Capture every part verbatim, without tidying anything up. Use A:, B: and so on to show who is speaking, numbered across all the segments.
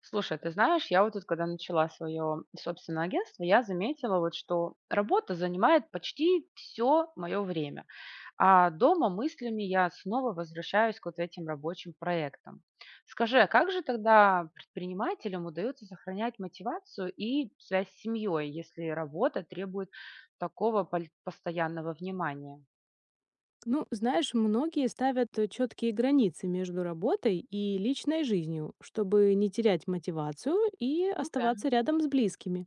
A: Слушай, ты знаешь, я вот тут, когда начала свое собственное агентство, я заметила вот, что работа занимает почти все мое время, а дома мыслями я снова возвращаюсь к вот этим рабочим проектам. Скажи, а как же тогда предпринимателям удается сохранять мотивацию и связь с семьей, если работа требует такого пол- постоянного внимания?
B: Ну, знаешь, многие ставят четкие границы между работой и личной жизнью, чтобы не терять мотивацию и
A: Окей.
B: оставаться рядом с близкими.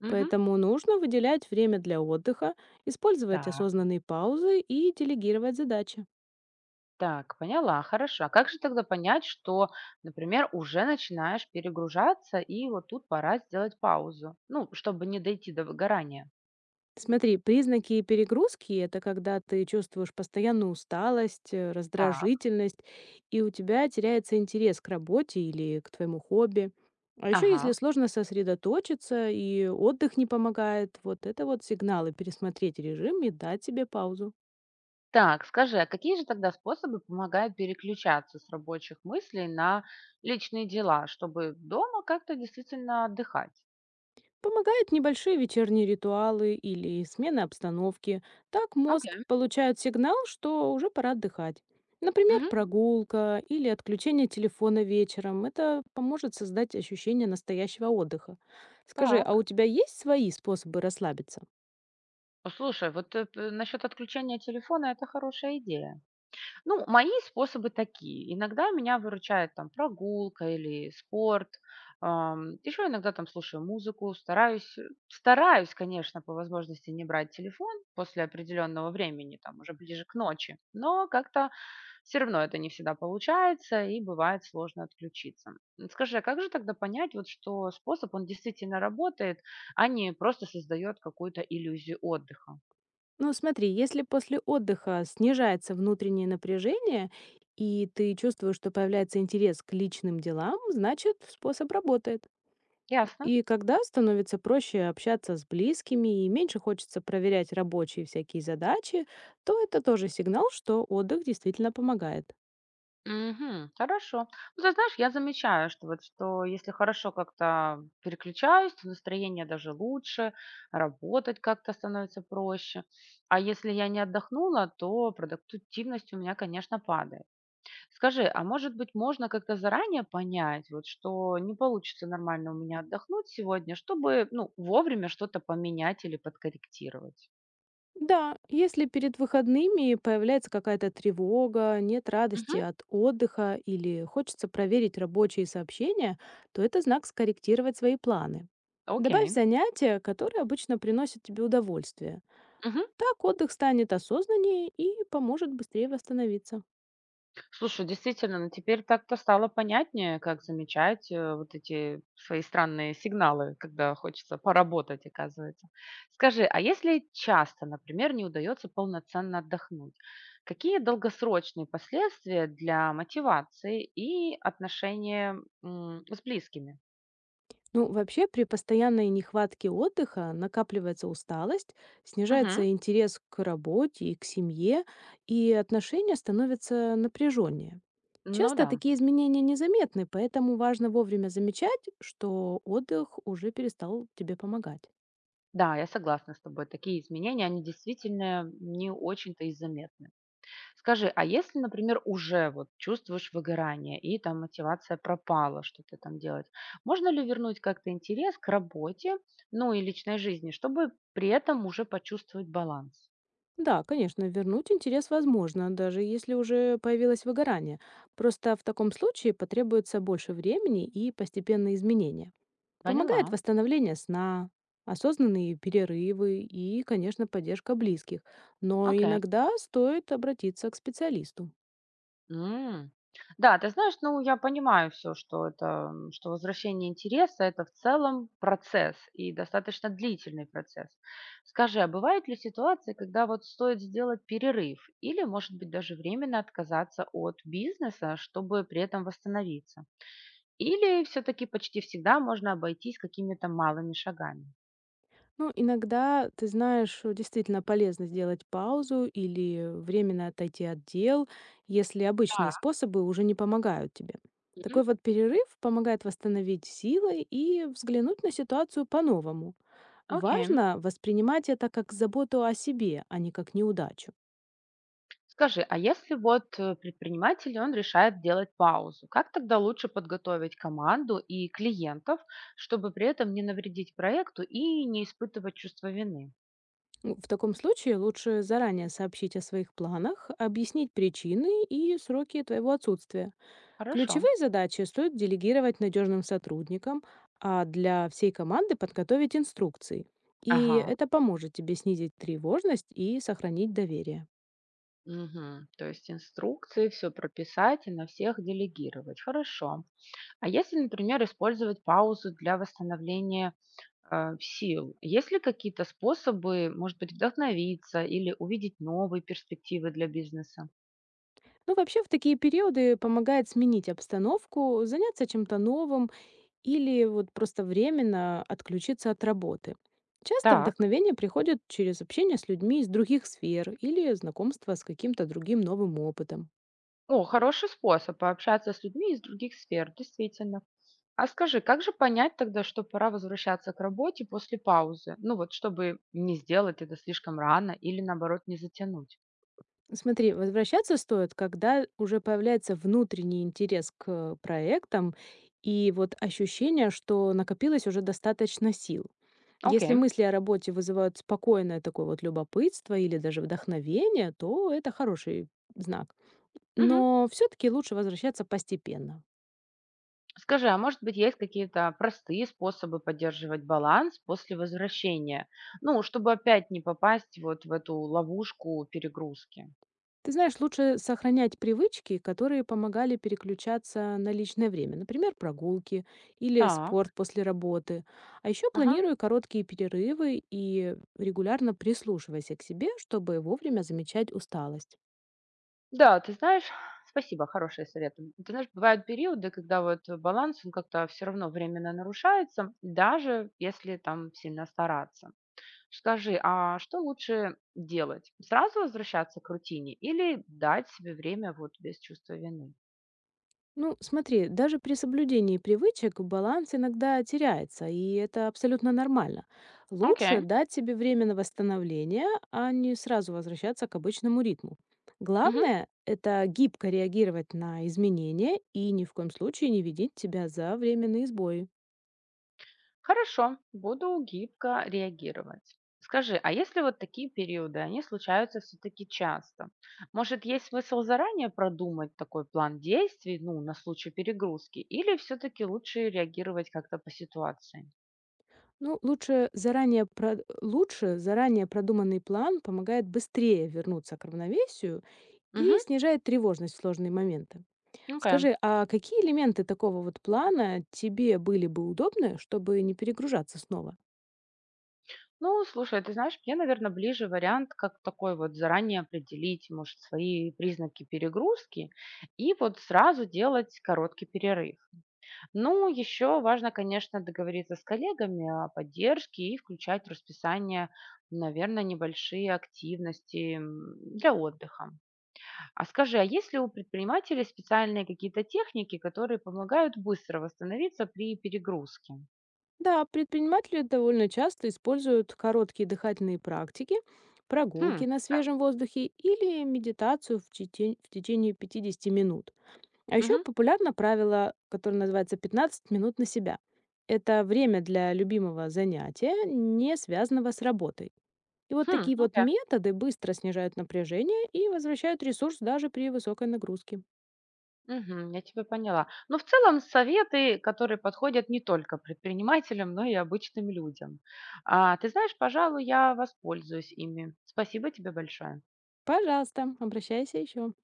A: Мгм.
B: Поэтому нужно выделять время для отдыха, использовать
A: Так.
B: осознанные паузы и делегировать задачи.
A: Так, поняла, хорошо. А как же тогда понять, что, например, уже начинаешь перегружаться, и вот тут пора сделать паузу? Ну, чтобы не дойти до выгорания.
B: Смотри, признаки перегрузки– это когда ты чувствуешь постоянную усталость, э,
A: Так,
B: раздражительность, и у тебя теряется интерес к работе или к твоему хобби. А еще,
A: ага.
B: если сложно сосредоточиться и отдых не помогает, вот это вот сигналы пересмотреть режим и дать себе паузу.
A: Так, скажи, а какие же тогда способы помогают переключаться с рабочих мыслей на личные дела, чтобы дома как-то действительно отдыхать?
B: Помогают небольшие вечерние ритуалы или смена обстановки. Так мозг
A: Окей.
B: получает сигнал, что уже пора отдыхать. Например,
A: Мгм.
B: прогулка или отключение телефона вечером. Это поможет создать ощущение настоящего отдыха. Скажи, а
A: Так.
B: у тебя есть свои способы расслабиться?
A: Слушай, вот э, п- насчет отключения телефона это хорошая идея. Ну, мои способы такие. Иногда меня выручает там прогулка или спорт. Еще иногда там слушаю музыку, стараюсь, э, стараюсь, конечно, по возможности не брать телефон после определенного времени, там уже ближе к ночи, но как-то все равно это не всегда получается и бывает сложно отключиться. М, Скажи, а как же тогда понять, вот, что способ, он действительно работает, а не просто создает какую-то иллюзию отдыха?
B: Ну, смотри, если после отдыха снижается внутреннее напряжение, и ты чувствуешь, что появляется интерес к личным делам, значит, способ работает.
A: Ясно.
B: И когда становится проще общаться с близкими и меньше хочется проверять рабочие всякие задачи, то это тоже сигнал, что отдых действительно помогает.
A: Мгм. Хорошо. Ну, ты знаешь, я замечаю, что вот что если хорошо как-то переключаюсь, то настроение даже лучше, работать как-то становится проще. А если я не отдохнула, то продуктивность у меня, конечно, падает. Скажи, а может быть, можно как-то заранее понять, вот, что не получится нормально у меня отдохнуть сегодня, чтобы ну, вовремя что-то поменять или подкорректировать?
B: Да, если перед выходными появляется какая-то тревога, нет
A: Мгм.
B: радости от отдыха или хочется проверить рабочие сообщения, то это знак скорректировать свои планы. Добавь
A: Окей.
B: занятия, которые обычно приносят тебе удовольствие.
A: Мгм.
B: Так отдых станет осознаннее и поможет быстрее восстановиться.
A: Слушай, действительно, ну теперь так-то стало понятнее, как замечать, э, вот эти свои странные сигналы, когда хочется поработать, оказывается. Скажи, а если часто, например, не удается полноценно отдохнуть, какие долгосрочные последствия для мотивации и отношения м, с близкими?
B: Ну, вообще, при постоянной нехватке отдыха накапливается усталость,
A: Мгм.
B: снижается интерес к работе и к семье, и отношения становятся напряженнее.
A: Ну
B: Часто
A: да,
B: такие изменения незаметны, поэтому важно вовремя замечать, что отдых уже перестал тебе помогать.
A: да, я согласна с тобой. Такие изменения, они действительно не очень-то и заметны. Скажи, а если, например, уже вот чувствуешь выгорание и там мотивация пропала что-то там делать, можно ли вернуть как-то интерес к работе, ну и личной жизни, чтобы при этом уже почувствовать баланс?
B: Да, конечно, вернуть интерес возможно, даже если уже появилось выгорание. Просто в таком случае потребуется больше времени и постепенные изменения. Помогает
A: Поняла.
B: восстановление сна, осознанные перерывы и, конечно, поддержка близких. Но
A: Окей.
B: иногда стоит обратиться к специалисту.
A: М. Да, ты знаешь, ну, я понимаю все, что это, м, что возвращение интереса — это в целом процесс и достаточно длительный процесс. Скажи, а бывают ли ситуации, когда вот стоит сделать перерыв или, может быть, даже временно отказаться от бизнеса, чтобы при этом восстановиться? Или все таки почти всегда можно обойтись какими-то малыми шагами?
B: Ну, иногда, ты знаешь, э, действительно полезно сделать паузу или временно отойти от дел, если
A: Так,
B: обычные способы уже не помогают тебе. Такой вот перерыв помогает восстановить силы и взглянуть на ситуацию по-новому.
A: окей.
B: Важно воспринимать это как заботу о себе, а не как неудачу.
A: Скажи, а если вот э, предприниматель, он решает делать паузу, как тогда лучше подготовить команду и клиентов, чтобы при этом не навредить проекту и не испытывать чувство вины?
B: Ну, в таком случае лучше заранее сообщить о своих планах, объяснить причины и сроки твоего отсутствия.
A: Хорошо.
B: Ключевые задачи стоит делегировать надежным сотрудникам, а для всей команды подготовить инструкции. И
A: Ага.
B: это поможет тебе снизить тревожность и сохранить доверие.
A: Мгм. То есть инструкции, все прописать и на всех делегировать. Хорошо. А если, например, использовать паузу для восстановления э, сил, есть ли какие-то способы, может быть, вдохновиться или увидеть новые перспективы для бизнеса?
B: Ну, вообще, в такие периоды помогает сменить обстановку, заняться чем-то новым или вот просто временно отключиться от работы. Часто
A: Так.
B: вдохновение приходит через общение с людьми из других сфер или знакомство с каким-то другим новым опытом.
A: О, хороший способ пообщаться с людьми из других сфер, действительно. А скажи, как же понять тогда, что пора возвращаться к работе после паузы? Ну вот, чтобы не сделать это слишком рано или, наоборот, не затянуть.
B: Смотри, возвращаться стоит, когда уже появляется внутренний интерес к э, проектам и вот ощущение, что накопилось уже достаточно сил.
A: Окей.
B: Если мысли о работе вызывают спокойное такое вот любопытство или даже вдохновение, то это хороший знак.
A: Мгм.
B: Но все-таки лучше возвращаться постепенно.
A: Скажи, а может быть, есть какие-то простые способы поддерживать баланс после возвращения? Ну, чтобы опять не попасть вот в эту ловушку перегрузки.
B: Ты знаешь, лучше сохранять привычки, которые помогали переключаться на личное время, например, прогулки или
A: Так,
B: спорт после работы. А еще
A: ага.
B: планируй короткие перерывы и регулярно прислушивайся к себе, чтобы вовремя замечать усталость.
A: Да, ты знаешь, спасибо, хорошие советы. Ты знаешь, бывают периоды, когда вот баланс, он как-то все равно временно нарушается, даже если там сильно стараться. Скажи, а что лучше делать? Сразу возвращаться к рутине или дать себе время вот без чувства вины?
B: Ну, смотри, даже при соблюдении привычек баланс иногда теряется, и это абсолютно нормально.
A: Окей.
B: Лучше дать себе время на восстановление, а не сразу возвращаться к обычному ритму.
A: Мгм.
B: Главное– это гибко реагировать на изменения и ни в коем случае не видеть себя за временные сбои.
A: Хорошо, буду гибко реагировать. Скажи, а если вот такие периоды, они случаются все-таки часто, может, есть смысл заранее продумать такой план действий, ну, на случай перегрузки, или все-таки лучше реагировать как-то по ситуации?
B: Ну, лучше заранее, про- лучше заранее продуманный план помогает быстрее вернуться к равновесию
A: Угу,
B: и снижает тревожность в сложные моменты.
A: окей.
B: Скажи, а какие элементы такого вот плана тебе были бы удобны, чтобы не перегружаться снова?
A: Ну, слушай, ты знаешь, мне, наверное, ближе вариант, как такой вот заранее определить, может, свои признаки перегрузки и вот сразу делать короткий перерыв. Ну, еще важно, конечно, договориться с коллегами о поддержке и включать в расписание, наверное, небольшие активности м, для отдыха. А скажи, а есть ли у предпринимателей специальные какие-то техники, которые помогают быстро восстановиться при перегрузке?
B: Да, предприниматели довольно часто используют короткие дыхательные практики,
A: Хм,
B: прогулки на свежем воздухе или медитацию в, тече- в течение пятидесяти минут. А еще
A: мгм,
B: популярно правило, которое называется пятнадцать минут на себя». Это время для любимого занятия, не связанного с работой. И вот
A: хм,
B: такие
A: ну
B: вот
A: да,
B: методы быстро снижают напряжение и возвращают ресурс даже при высокой нагрузке.
A: мгм, я тебя поняла. Но в целом советы, которые подходят не только предпринимателям, но и обычным людям. А, ты знаешь, пожалуй, я воспользуюсь ими. Спасибо тебе большое.
B: Пожалуйста, обращайся еще.